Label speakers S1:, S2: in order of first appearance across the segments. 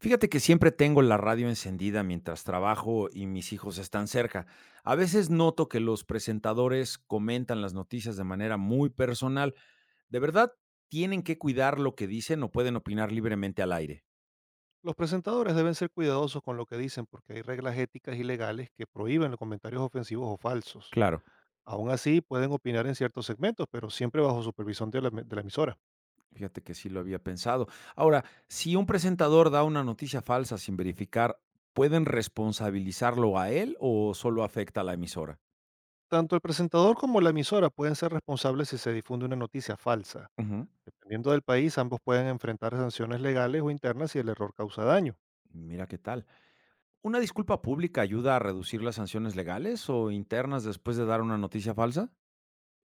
S1: Fíjate que siempre tengo la radio encendida mientras trabajo y mis hijos están cerca. A veces noto que los presentadores comentan las noticias de manera muy personal. ¿De verdad tienen que cuidar lo que dicen o pueden opinar libremente al aire?
S2: Los presentadores deben ser cuidadosos con lo que dicen porque hay reglas éticas y legales que prohíben los comentarios ofensivos o falsos.
S1: Claro.
S2: Aún así, pueden opinar en ciertos segmentos, pero siempre bajo supervisión de la emisora.
S1: Fíjate que sí lo había pensado. Ahora, si un presentador da una noticia falsa sin verificar, ¿pueden responsabilizarlo a él o solo afecta a la emisora?
S2: Tanto el presentador como la emisora pueden ser responsables si se difunde una noticia falsa.
S1: Ujú.
S2: Dependiendo del país, ambos pueden enfrentar sanciones legales o internas si el error causa daño.
S1: Mira qué tal. ¿Una disculpa pública ayuda a reducir las sanciones legales o internas después de dar una noticia falsa?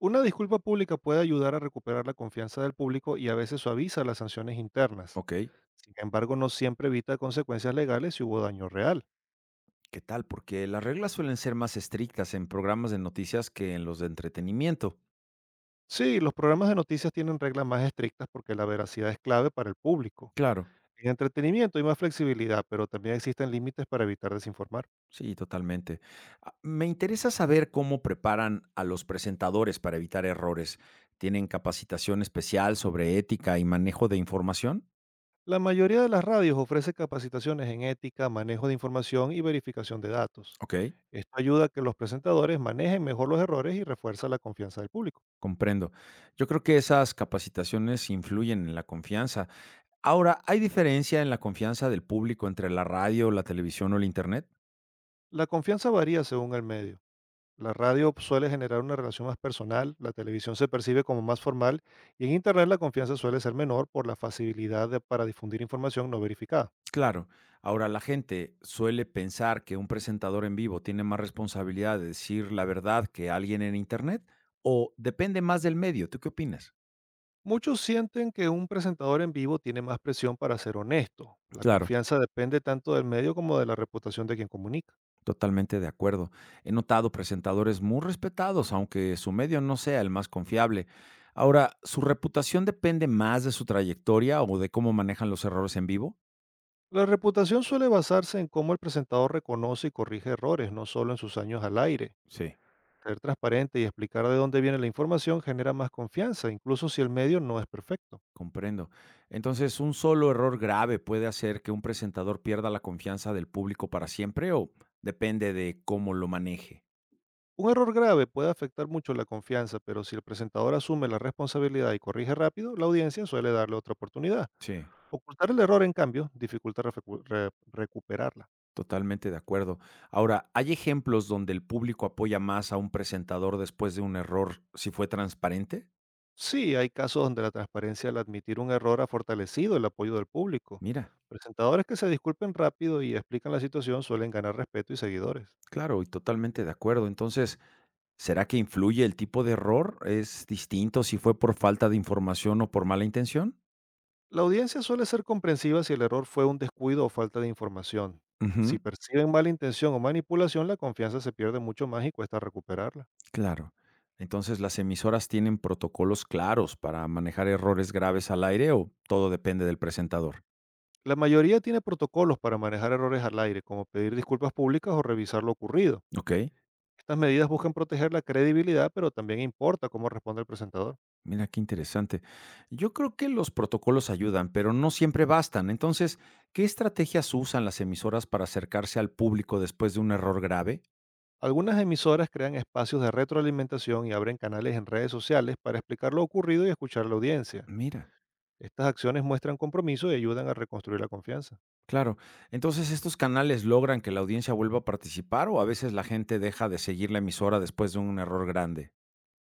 S2: Una disculpa pública puede ayudar a recuperar la confianza del público y a veces suaviza las sanciones internas.
S1: Ok,
S2: Sin embargo, no siempre evita consecuencias legales si hubo daño real.
S1: ¿qué tal? Porque las reglas suelen ser más estrictas en programas de noticias que en los de entretenimiento.
S2: Sí, los programas de noticias tienen reglas más estrictas porque la veracidad es clave para el público.
S1: Claro,
S2: En entretenimiento hay más flexibilidad, pero también existen límites para evitar desinformar.
S1: sí, totalmente. Ah, me interesa saber cómo preparan a los presentadores para evitar errores. ¿Tienen capacitación especial sobre ética y manejo de información?
S2: La mayoría de las radios ofrece capacitaciones en ética, manejo de información y verificación de datos.
S1: Ok,
S2: Esto ayuda a que los presentadores manejen mejor los errores y refuerza la confianza del público.
S1: comprendo. Yo creo que esas capacitaciones influyen en la confianza. Ahora, ¿hay diferencia en la confianza del público entre la radio, la televisión o el internet?
S2: La confianza varía según el medio. La radio suele generar una relación más personal, la televisión se percibe como más formal y en Internet la confianza suele ser menor por la facilidad para difundir información no verificada.
S1: Claro. Ahora, la gente suele pensar que un presentador en vivo tiene más responsabilidad de decir la verdad que alguien en internet o depende más del medio. ¿Tú qué opinas?
S2: Muchos sienten que un presentador en vivo tiene más presión para ser honesto. La
S1: Claro.
S2: confianza depende tanto del medio como de la reputación de quien comunica.
S1: Totalmente de acuerdo. He notado presentadores muy respetados, aunque su medio no sea el más confiable. Ahora, ¿su reputación depende más de su trayectoria o de cómo manejan los errores en vivo?
S2: La reputación suele basarse en cómo el presentador reconoce y corrige errores, no solo en sus años al aire.
S1: Sí.
S2: Ser transparente y explicar de dónde viene la información genera más confianza, incluso si el medio no es perfecto.
S1: Comprendo. Entonces, ¿un solo error grave puede hacer que un presentador pierda la confianza del público para siempre o depende de cómo lo maneje?
S2: Un error grave puede afectar mucho la confianza, pero si el presentador asume la responsabilidad y corrige rápido, la audiencia suele darle otra oportunidad.
S1: Sí.
S2: Ocultar el error, en cambio, dificulta recuperarla.
S1: Totalmente de acuerdo. Ahora, ¿hay ejemplos donde el público apoya más a un presentador después de un error si fue transparente?
S2: Sí, hay casos donde la transparencia al admitir un error ha fortalecido el apoyo del público.
S1: Mira,
S2: Presentadores que se disculpen rápido y explican la situación suelen ganar respeto y seguidores.
S1: claro, y totalmente de acuerdo. Entonces, ¿será que influye el tipo de error? ¿Es distinto si fue por falta de información o por mala intención?
S2: La audiencia suele ser comprensiva si el error fue un descuido o falta de información.
S1: Ujú.
S2: Si perciben mala intención o manipulación, la confianza se pierde mucho más y cuesta recuperarla.
S1: Claro. Entonces, ¿las emisoras tienen protocolos claros para manejar errores graves al aire o todo depende del presentador?
S2: La mayoría tiene protocolos para manejar errores al aire, como pedir disculpas públicas o revisar lo ocurrido.
S1: Ok,
S2: Estas medidas buscan proteger la credibilidad, pero también importa cómo responde el presentador.
S1: mira qué interesante. Yo creo que los protocolos ayudan, pero no siempre bastan. Entonces, ¿qué estrategias usan las emisoras para acercarse al público después de un error grave?
S2: Algunas emisoras crean espacios de retroalimentación y abren canales en redes sociales para explicar lo ocurrido y escuchar a la audiencia.
S1: Mira,
S2: Estas acciones muestran compromiso y ayudan a reconstruir la confianza.
S1: claro. Entonces, ¿estos canales logran que la audiencia vuelva a participar o a veces la gente deja de seguir la emisora después de un error grande?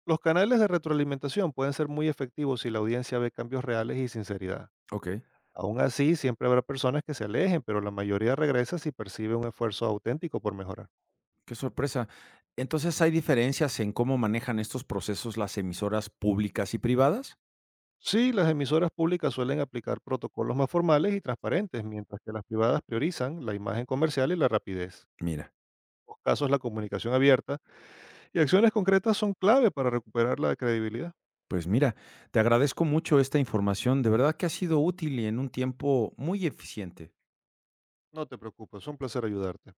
S2: Los canales de retroalimentación pueden ser muy efectivos si la audiencia ve cambios reales y sinceridad.
S1: Ok.
S2: Aún así, siempre habrá personas que se alejen, pero la mayoría regresa si percibe un esfuerzo auténtico por mejorar.
S1: Qué sorpresa. Entonces, ¿hay diferencias en cómo manejan estos procesos las emisoras públicas y privadas?
S2: Sí, las emisoras públicas suelen aplicar protocolos más formales y transparentes, mientras que las privadas priorizan la imagen comercial y la rapidez.
S1: Mira,
S2: En los casos, la comunicación abierta y acciones concretas son clave para recuperar la credibilidad.
S1: pues mira, te agradezco mucho esta información. De verdad que ha sido útil y en un tiempo muy eficiente.
S2: No te preocupes, es un placer ayudarte.